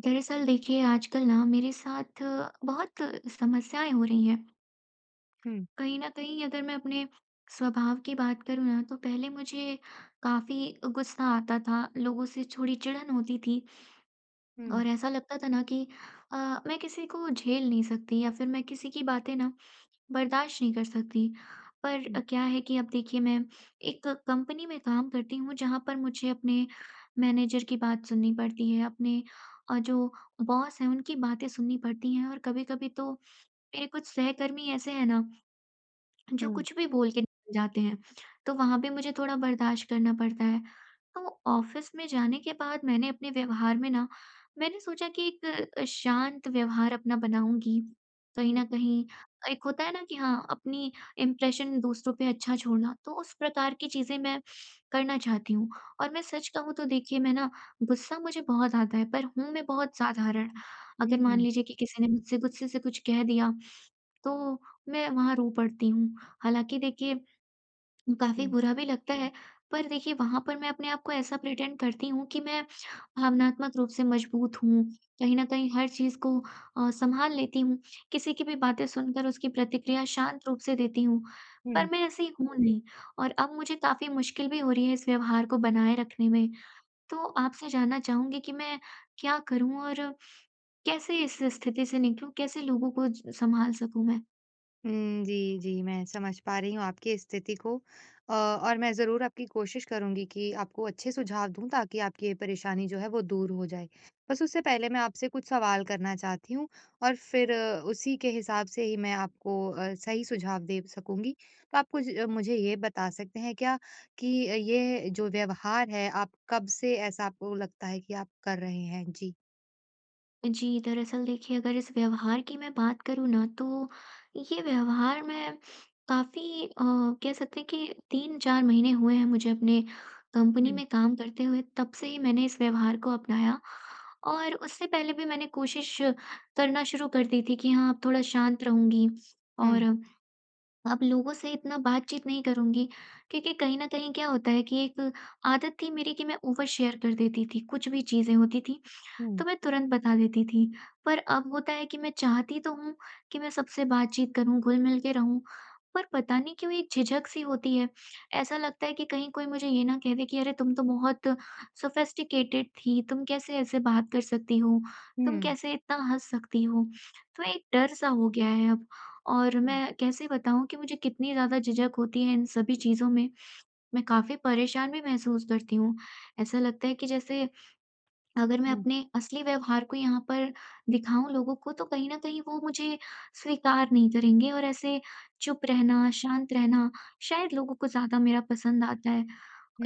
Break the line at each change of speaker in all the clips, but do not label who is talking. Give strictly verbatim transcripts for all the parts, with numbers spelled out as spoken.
दरअसल देखिए आजकल ना मेरे साथ बहुत समस्याएं हो रही हैं।
हुँ,
कहीं न कहीं अगर मैं अपने स्वभाव की बात करूँ ना तो पहले मुझे काफ़ी गुस्सा आता था, लोगों से थोड़ी चिढ़न होती थी
हुँ,
और ऐसा लगता था ना कि अ, मैं किसी को झेल नहीं सकती या फिर मैं किसी की बातें ना बर्दाश्त नहीं कर सकती। पर अ,
हुँ,
क्या है कि अब देखिए मैं एक कंपनी में काम करती हूँ जहाँ पर मुझे अपने मैनेजर की बात सुननी पड़ती है, अपने अ, जो बॉस हैं उनकी बातें सुननी पड़ती हैं और कभी-कभी तो मेरे कुछ सहकर्मी ऐसे हैं ना जो
हुँ।
कुछ भी बोल के निकल जाते हैं, तो वहाँ पे मुझे थोड़ा बर्दाश्त करना पड़ता है। तो ऑफ़िस में जाने के बाद मैंने अपने व्यवहार में ना मैंने सोचा कि एक शांत व्यवहार अपना बनाऊँगी। कहीं
ठीक।
न कहीं एक होता है ना कि हाँ, अपनी इम्प्रेशन दूसरों पे अच्छा छोड़ना, तो उस प्रकार की चीज़ें मैं करना चाहती हूँ। और मैं सच कहूँ तो देखिए मैं ना गुस्सा मुझे बहुत आता है, पर हूँ मैं बहुत साधारण।
हुँ,
अगर मान
हुँ,
लीजिए कि किसी ने मुझसे गुस्से से कुछ कह दिया तो मैं वहाँ रो पड़ती हूँ। हालाँकि देखिए काफ़ी
हुँ,
बुरा भी लगता है, पर देखिए वहाँ पर मैं अपने आप को ऐसा प्रिटेंड करती हूँ कि मैं भावनात्मक रूप से मजबूत हूँ। कहीं न कहीं हर चीज़ को अ, सँभाल लेती हूँ, किसी की भी बातें सुनकर उसकी प्रतिक्रिया शांत रूप से देती हूँ, पर
हुँ।
मैं ऐसी हूँ नहीं और अब मुझे काफ़ी मुश्किल भी हो रही है इस व्यवहार को बनाए रखने में। तो आपसे जानना चाहूँगी कि मैं क्या करूँ और कैसे इस स्थिति से निकलूँ? कैसे लोगों को ज सँभाल सकूँ मैं?
हुँ, जी, जी, मैं समझ पा रही हूँ आपकी स्थिति को। अ, और मैं ज़रूर आपकी कोशिश करूँगी कि आपको अच्छे सुझाव दूँ ताकि आपकी ये परेशानी जो है वो दूर हो जाए। बस उससे पहले मैं आपसे कुछ सवाल करना चाहती हूँ और फिर अ, उसी के हिसाब से ही मैं आपको अ, सही सुझाव दे सकूँगी। तो आप कुछ अ, मुझे ये बता सकते हैं क्या कि अ, ये जो व्यवहार है आप कब से ऐसा आपको लगता है कि आप कर रहे हैं? जी।
जी, दरअसल देखिए अगर इस व्यवहार की मैं बात करूँ ना तो ये व्यवहार मैं काफ़ी अ, कह सकते हैं कि तीन चार महीने हुए हैं मुझे अपने कंपनी
हुँ,
में काम करते हुए, तब से ही मैंने इस व्यवहार को अपनाया। और उससे पहले भी मैंने कोशिश करना शुरू कर दी थी कि हाँ, अब थोड़ा शांत रहूँगी
हुँ,
और अब लोगों से इतना बातचीत नहीं करूँगी। क्योंकि कहीं न कहीं क्या होता है कि एक आदत थी मेरी कि मैं ओवर शेयर कर देती थी, कुछ भी चीज़ें होती थी
हुँ।
तो मैं तुरंत बता देती थी। पर अब होता है कि मैं चाहती तो हूँ कि मैं सबसे बातचीत करूँ, घुल-मिल के रहूँ, पर पता नहीं क्यों एक झिझक-सी होती है। ऐसा लगता है कि कहीं कोई मुझे ये ना कह दे कि, "अरे! तुम तो बहुत सोफ़िस्टिकेटेड थी, तुम कैसे ऐसे बात कर सकती हो? तुम
हुँ।
कैसे इतना हँस सकती हो?" तो एक डर-सा हो गया है अब और
हुँ,
मैं कैसे बताऊँ कि मुझे कितनी ज़्यादा झिझक होती है इन सभी चीज़ों में। मैं काफ़ी परेशान भी महसूस करती हूँ। ऐसा लगता है कि जैसे अगर मैं
हुँ,
अपने असली व्यवहार को यहाँ पर दिखाऊँ लोगों को तो कहीं न कहीं वो मुझे स्वीकार नहीं करेंगे और ऐसे चुप रहना, शांत रहना शायद लोगों को ज़्यादा मेरा पसंद आता है।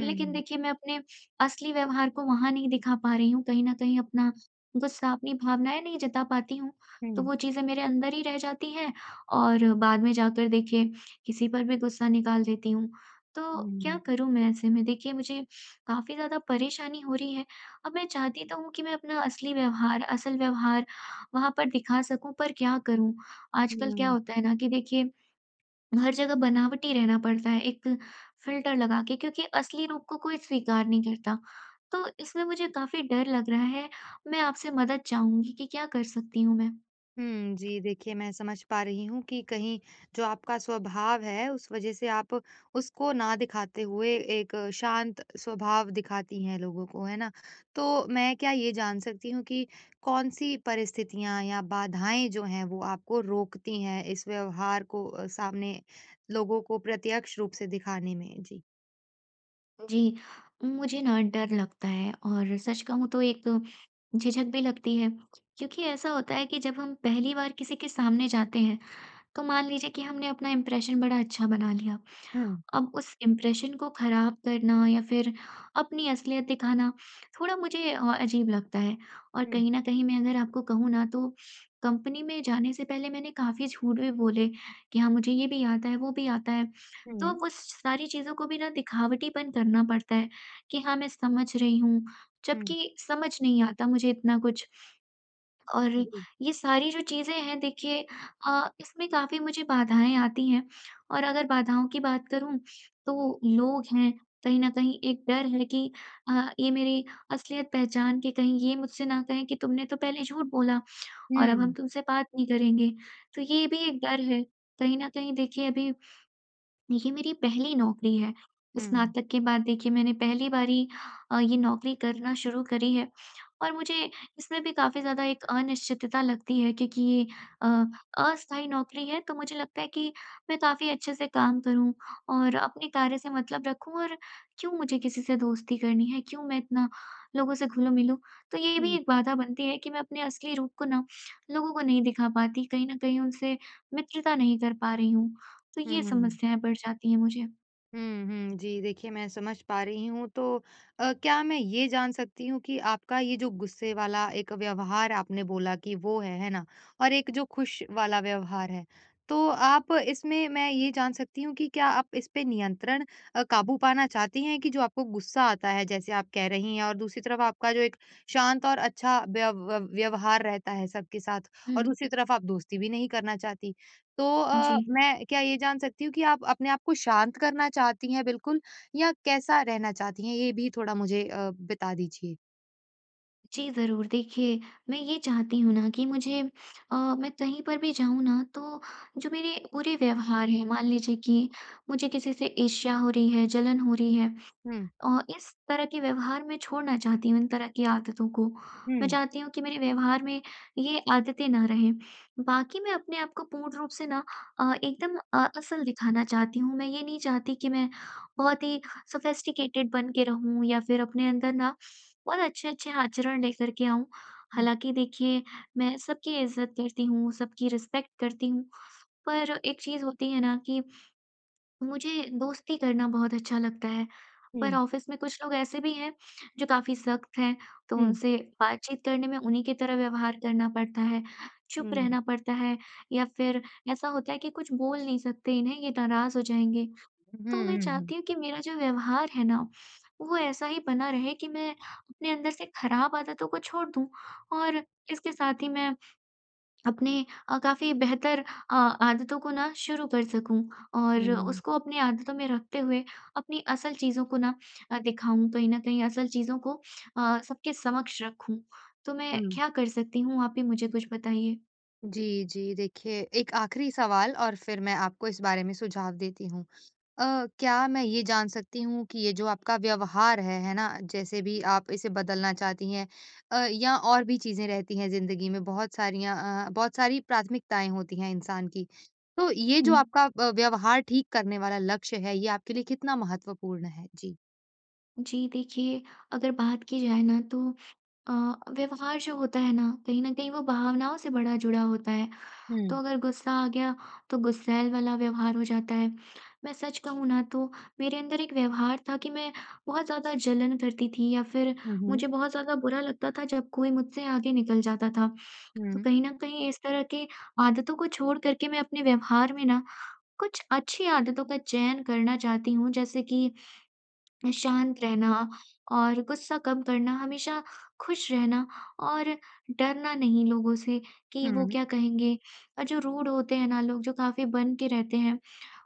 लेकिन देखिए मैं अपने असली व्यवहार को वहाँ नहीं दिखा पा रही हूँ, कहीं न कहीं अपना गुस्सा, अपनी भावनाएँ नहीं जता पाती हूँ,
हुँ,
तो वो चीज़ें मेरे अंदर ही रह जाती हैं और बाद में जाकर देखिए किसी पर भी गुस्सा निकाल देती हूँ। तो क्या
हुँ,
करूँ मैं ऐसे में? देखिए मुझे काफ़ी ज़्यादा परेशानी हो रही है। अब मैं चाहती तो हूँ कि मैं अपना असली व्यवहार, असल व्यवहार वहाँ पर दिखा सकूँ, पर क्या करूँ? आजकल क्या
हुँ।
होता है ना कि देखिए हर जगह बनावटी रहना पड़ता है, एक फ़िल्टर लगा के, क्योंकि असली रूप को कोई स्वीकार नहीं करता। तो इसमें मुझे काफ़ी डर लग रहा है, मैं आपसे मदद चाहूँगी कि क्या कर सकती हूँ मैं?
हुँ, जी, देखिए मैं समझ पा रही हूँ कि कहीं जो आपका स्वभाव है, उस वजह से आप उसको ना दिखाते हुए एक शांत स्वभाव दिखाती हैं लोगों को, है ना? तो मैं क्या ये जान सकती हूँ कि कौन-सी परिस्थितियाँ या बाधाएँ जो हैं, वो आपको रोकती हैं इस व्यवहार को अ, सामने लोगों को प्रत्यक्ष रूप से दिखाने में? जी।
जी, मुझे ना डर लगता है और सच कहूँ तो एक झिझक भी लगती है, क्योंकि ऐसा होता है कि जब हम पहली बार किसी के सामने जाते हैं, तो मान लीजिए कि हमने अपना इम्प्रेशन बड़ा अच्छा बना लिया।
हुँ,
अब उस इम्प्रेशन को ख़राब करना या फिर अपनी असलियत दिखाना थोड़ा मुझे अ, अजीब लगता है और
हुँ,
कहीं न कहीं मैं अगर आपको कहूँ ना तो कंपनी में जाने से पहले मैंने काफ़ी झूठ भी बोले कि हाँ, मुझे ये भी आता है, वो भी आता है। तो
हुँ,
वो सारी चीज़ों को भी ना दिखावटीपन करना पड़ता है कि हाँ, मैं समझ रही हूँ,
हुँ,
जबकि समझ नहीं आता मुझे इतना कुछ। और
जी।
ये सारी जो चीज़ें हैं देखिए अ, इसमें काफ़ी मुझे बाधाएँ आती हैं और अगर बाधाओं की बात करूँ तो लोग हैं, कहीं न कहीं एक डर है कि अ, ये मेरी असलियत पहचान के कहीं ये मुझसे ना कहें कि तुमने तो पहले झूठ बोला और अब
हुँ,
हम तुमसे बात नहीं करेंगे। तो ये भी एक डर है। कहीं न कहीं देखिए अभी देखिए मेरी पहली नौकरी है।
हुँ,
स्नातक के बाद देखिए मैंने पहली बारी अ, ये नौकरी करना शुरू करी है और मुझे इसमें भी काफ़ी ज़्यादा एक अनिश्चितता लगती है, क्योंकि ये अ, अस्थायी नौकरी है, तो मुझे लगता है कि मैं काफ़ी अच्छे से काम करूँ और अपने कार्य से मतलब रखूँ और क्यों मुझे किसी से दोस्ती करनी है, क्यों मैं इतना लोगों से घुलूँ-मिलूँ। तो ये भी
हुँ।
एक बाधा बनती है कि मैं अपने असली रूप को ना लोगों को नहीं दिखा पाती, कहीं न कहीं उनसे मित्रता नहीं कर पा रही हूँ। तो ये
हुँ।
समस्याएँ पड़ जाती हैं मुझे।
हुँ, हुँ। जी, देखिए मैं समझ पा रही हूँ। तो अ, क्या मैं ये जान सकती हूँ कि आपका ये जो गुस्से वाला एक व्यवहार आपने बोला कि वो है, है ना? और एक जो खुश वाला व्यवहार है, तो आप इसमें मैं ये जान सकती हूँ कि क्या आप इस पे नियंत्रण, अ, काबू पाना चाहती हैं कि जो आपको गुस्सा आता है जैसे आप कह रही हैं, और दूसरी तरफ आपका जो एक शांत और अच्छा व्यव व्यवहार रहता है सबके साथ,
हुँ।
और दूसरी तरफ आप दोस्ती भी नहीं करना चाहती। तो अ,
जी।
मैं क्या ये जान सकती हूँ कि आप अपने आप को शांत करना चाहती हैं बिल्कुल, या कैसा रहना चाहती हैं? ये भी थोड़ा मुझे अ, बता दीजिए।
जी, ज़रूर। देखिए, मैं ये चाहती हूँ ना कि मुझे अ, मैं कहीं पर भी जाऊँ ना तो जो मेरे बुरे व्यवहार हैं, मान लीजिए कि मुझे किसी से ईर्ष्या हो रही है, जलन हो रही है,
हुँ,
अ, इस तरह के व्यवहार मैं छोड़ना चाहती हूँ, इन तरह की आदतों को। मैं
हुँ,
चाहती हूँ कि मेरे व्यवहार में ये आदतें ना रहें। बाकी मैं अपने आप को पूर्ण रूप से ना अ, एकदम अ, असल दिखाना चाहती हूँ। मैं ये नहीं चाहती कि मैं बहुत ही सोफिस्टिकेटेड बन के रहूँ या फिर अपने अंदर ना बहुत अच्छे-अच्छे आचरण लेकर के आऊँ।
हुँ,
हालाँकि देखिए, मैं सबकी इज़्ज़त करती हूँ, सबकी रिस्पेक्ट करती हूँ, पर एक चीज़ होती है ना कि मुझे दोस्ती करना बहुत अच्छा लगता है, पर
हुँ,
ऑफ़िस में कुछ लोग ऐसे भी हैं जो काफ़ी सख्त हैं, तो
हुँ,
उनसे बातचीत करने में उन्हीं की तरह व्यवहार करना पड़ता है, चुप
हुँ।
रहना पड़ता है या फिर ऐसा होता है कि कुछ बोल नहीं सकते इन्हें, ये नाराज़ हो जाएँगे। तो
हुँ,
मैं
हुँ, हुँ,
चाहती हूँ कि मेरा जो व्यवहार है ना, वो ऐसा ही बना रहे कि मैं अपने अंदर से खराब आदतों को छोड़ दूँ और इसके साथ ही मैं अपने अ, काफ़ी बेहतर अ, आदतों को ना शुरू कर सकूँ और
हुँ,
उसको अपनी आदतों में रखते हुए अपनी असल चीज़ों को ना अ, दिखाऊँ, कहीं न कहीं असल चीज़ों को अ, सबके समक्ष रखूँ। तो मैं
हुँ।
क्या कर सकती हूँ? आप ही मुझे कुछ बताइए।
जी, जी। देखिए, एक आखिरी सवाल और फिर मैं आपको इस बारे में सुझाव देती हूँ। अ, क्या मैं ये जान सकती हूँ कि ये जो आपका व्यवहार है, है ना? जैसे भी आप इसे बदलना चाहती हैं, अ, या और भी चीज़ें रहती हैं ज़िंदगी में बहुत सारियाँ, अ, बहुत सारी प्राथमिकताएँ होती हैं इंसान की। तो ये जो
हुँ।
आपका अ, व्यवहार ठीक करने वाला लक्ष्य है, ये आपके लिए कितना महत्वपूर्ण है? जी।
जी, देखिए अगर बात की जाए ना तो अ, व्यवहार जो होता है ना, कहीं न कहीं वो भावनाओं से बड़ा जुड़ा होता है। तो
हुँ।
अगर गुस्सा आ गया तो गुस्सैल वाला व्यवहार हो जाता है। मैं सच कहूँ ना तो मेरे अंदर एक व्यवहार था कि मैं बहुत ज़्यादा जलन करती थी या फिर
हुँ, हुँ।
मुझे बहुत ज़्यादा बुरा लगता था जब कोई मुझसे आगे निकल जाता था। तो
हुँ।
कहीं न कहीं इस तरह की आदतों को छोड़ कर के मैं अपने व्यवहार में ना कुछ अच्छी आदतों का चयन करना चाहती हूँ, जैसे कि शांत रहना और गुस्सा कम करना, हमेशा खुश रहना और डरना नहीं लोगों से कि वो
हुँ,
क्या कहेंगे। और जो रूड होते हैं ना लोग, जो काफ़ी बन के रहते हैं,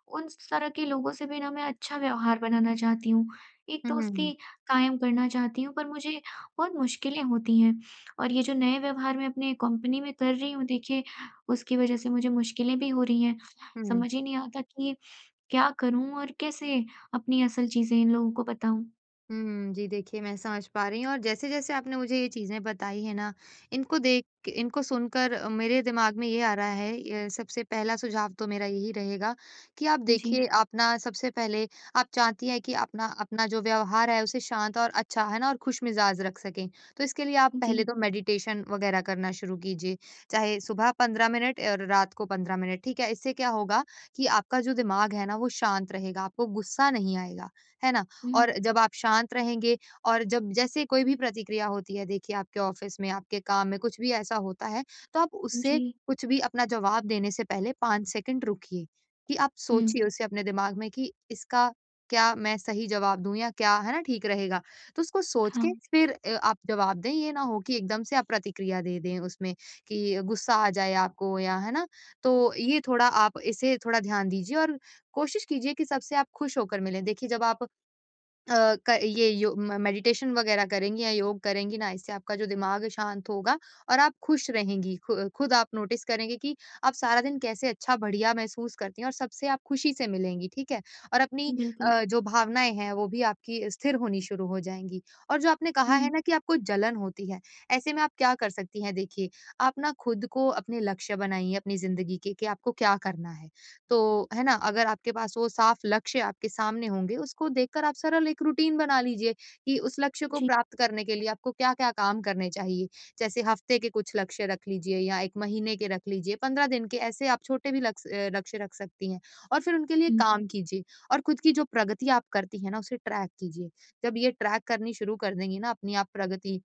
उन तरह के लोगों से भी ना मैं अच्छा व्यवहार बनाना चाहती हूँ। एक
हुँ,
दोस्ती कायम करना चाहती हूँ, पर मुझे बहुत मुश्किलें होती हैं और ये जो नए व्यवहार मैं अपने कंपनी में कर रही हूँ, देखिए, उसकी वजह से मुझे मुश्किलें भी हो रही हैं।
हुँ।
समझ ही नहीं आता कि क्या करूँ और कैसे अपनी असल चीज़ें इन लोगों को बताऊँ?
हुँ, जी, देखिए मैं समझ पा रही हूँ। और जैसे-जैसे आपने मुझे ये चीज़ें बताई हैं ना, इनको देख के इनको सुनकर अ, मेरे दिमाग में ये आ रहा है, ये सबसे पहला सुझाव तो मेरा यही रहेगा कि आप
जी, जी।
देखिए आप ना सबसे पहले आप चाहती हैं कि अपना अपना जो व्यवहार है उसे शांत और अच्छा, है ना? और खुशमिज़ाज रख सकें। तो इसके लिए आप पहले तो मेडिटेशन वग़ैरह करना शुरू कीजिए, चाहे सुबह पंद्रह मिनट और रात को पंद्रह मिनट, ठीक है? इससे क्या होगा कि आपका जो दिमाग है ना, वो शांत रहेगा, आपको गुस्सा नहीं आएगा, है ना? और जब आप शांत रहेंगे और जब जैसे कोई भी प्रतिक्रिया होती है, देखिए आपके ऑफिस में, आपके काम में कुछ भी ऐसा होता है, तो आप
हुँ,
उससे
जी।
कुछ भी अपना जवाब देने से पहले पाँच सेकंड रुकिए, कि आप
हुँ,
सोचिए उसे अपने दिमाग में कि इसका क्या मैं सही जवाब दूँ या क्या, है ना, ठीक रहेगा? तो उसको सोच
हाँ,
के फिर अ, आप जवाब दें, ये ना हो कि एकदम से आप प्रतिक्रिया दे दें उसमें, कि गुस्सा आ जाए आपको, या है ना? तो ये थोड़ा आप इसे थोड़ा ध्यान दीजिए और कोशिश कीजिए कि सबसे आप खुश होकर मिलें। देखिए जब आप अ, क ये यो म मेडिटेशन वगैरह करेंगी या योग करेंगी ना, इससे आपका जो दिमाग है शांत होगा और आप खुश रहेंगी। खु खुद आप नोटिस करेंगे कि आप सारा दिन कैसे अच्छा बढ़िया महसूस करती हैं और सबसे आप खुशी से मिलेंगी, ठीक है? और अपनी
बिल्कुल।
अ, जो भावनाएँ हैं वो भी आपकी स्थिर होनी शुरू हो जाएँगी। और जो आपने कहा है
हुँ,
ना कि आपको जलन होती है, ऐसे में आप क्या कर सकती हैं देखिए, आप ना खुद को अपने लक्ष्य बनाइए अपनी ज़िंदगी के कि आपको क्या करना है। तो, है ना? अगर आपके पास वो साफ लक्ष्य आपके सामने होंगे, उसको देखकर आप सरल एक रूटीन बना लीजिए कि उस लक्ष्य को
जी,
प्राप्त करने के लिए आपको क्या-क्या काम करने चाहिए। जैसे हफ्ते के कुछ लक्ष्य रख लीजिए या एक महीने के रख लीजिए, पंद्रह दिन के, ऐसे आप छोटे भी लक्ष्य अ, लक्ष्य रख सकती हैं और फिर उनके लिए
हुँ,
काम कीजिए और खुद की जो प्रगति आप करती हैं ना, उसे ट्रैक कीजिए। जब ये ट्रैक करनी शुरू कर देंगी ना अपनी आप प्रगति,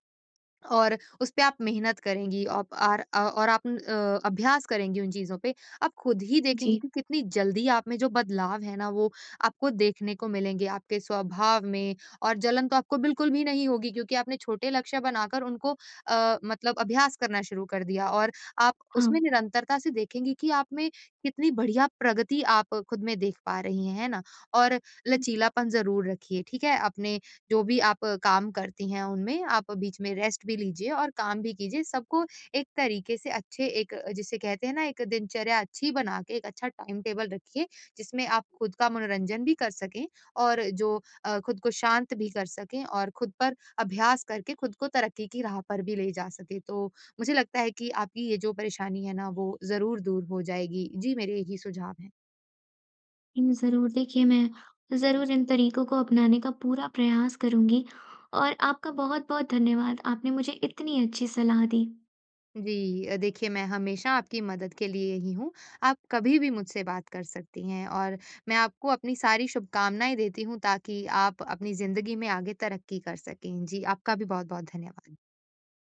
और उसपे आप मेहनत करेंगी, आप आर अ, और आप अ, अभ्यास करेंगी उन चीज़ों पे। आप खुद ही देखेंगी
जी,
कि कितनी जल्दी आप में जो बदलाव है ना, वो आपको देखने को मिलेंगे आपके स्वभाव में, और जलन तो आपको बिल्कुल भी नहीं होगी क्योंकि आपने छोटे लक्ष्य बनाकर उनको अ, मतलब अभ्यास करना शुरू कर दिया, और आप
हाँ।
उसमें निरंतरता से देखेंगी कि आप में कितनी बढ़िया प्रगति आप खुद में देख पा रही हैं, है ना? और
हुँ,
लचीलापन ज़रूर रखिए, ठीक है? अपने जो भी आप अ, काम करती हैं उनमें आप बीच में रेस्ट भी लीजिए और काम भी कीजिए। सबको एक तरीके से अच्छे एक अ, जिसे कहते हैं ना, एक दिनचर्या अच्छी बना के एक अच्छा टाइम टेबल रखिए, जिसमें आप खुद का मनोरंजन भी कर सकें और जो अ, खुद को शांत भी कर सकें और खुद पर अभ्यास करके खुद को तरक्की की राह पर भी ले जा सकें। तो मुझे लगता है कि आपकी ये जो परेशानी है ना, वो ज़रूर दूर हो जाएगी। जी, मेरे यही सुझाव हैं।
हुँ, ज़रूर देखिए मैं ज़रूर इन तरीकों को अपनाने का पूरा प्रयास करूँगी और आपका बहुत-बहुत धन्यवाद। आपने मुझे इतनी अच्छी सलाह दी।
जी, अ, देखिए मैं हमेशा आपकी मदद के लिए ही हूँ। आप कभी भी मुझसे बात कर सकती हैं और मैं आपको अपनी सारी शुभकामनाएँ देती हूँ ताकि आप अपनी ज़िंदगी में आगे तरक्की कर सकें। जी, आपका भी बहुत-बहुत धन्यवाद।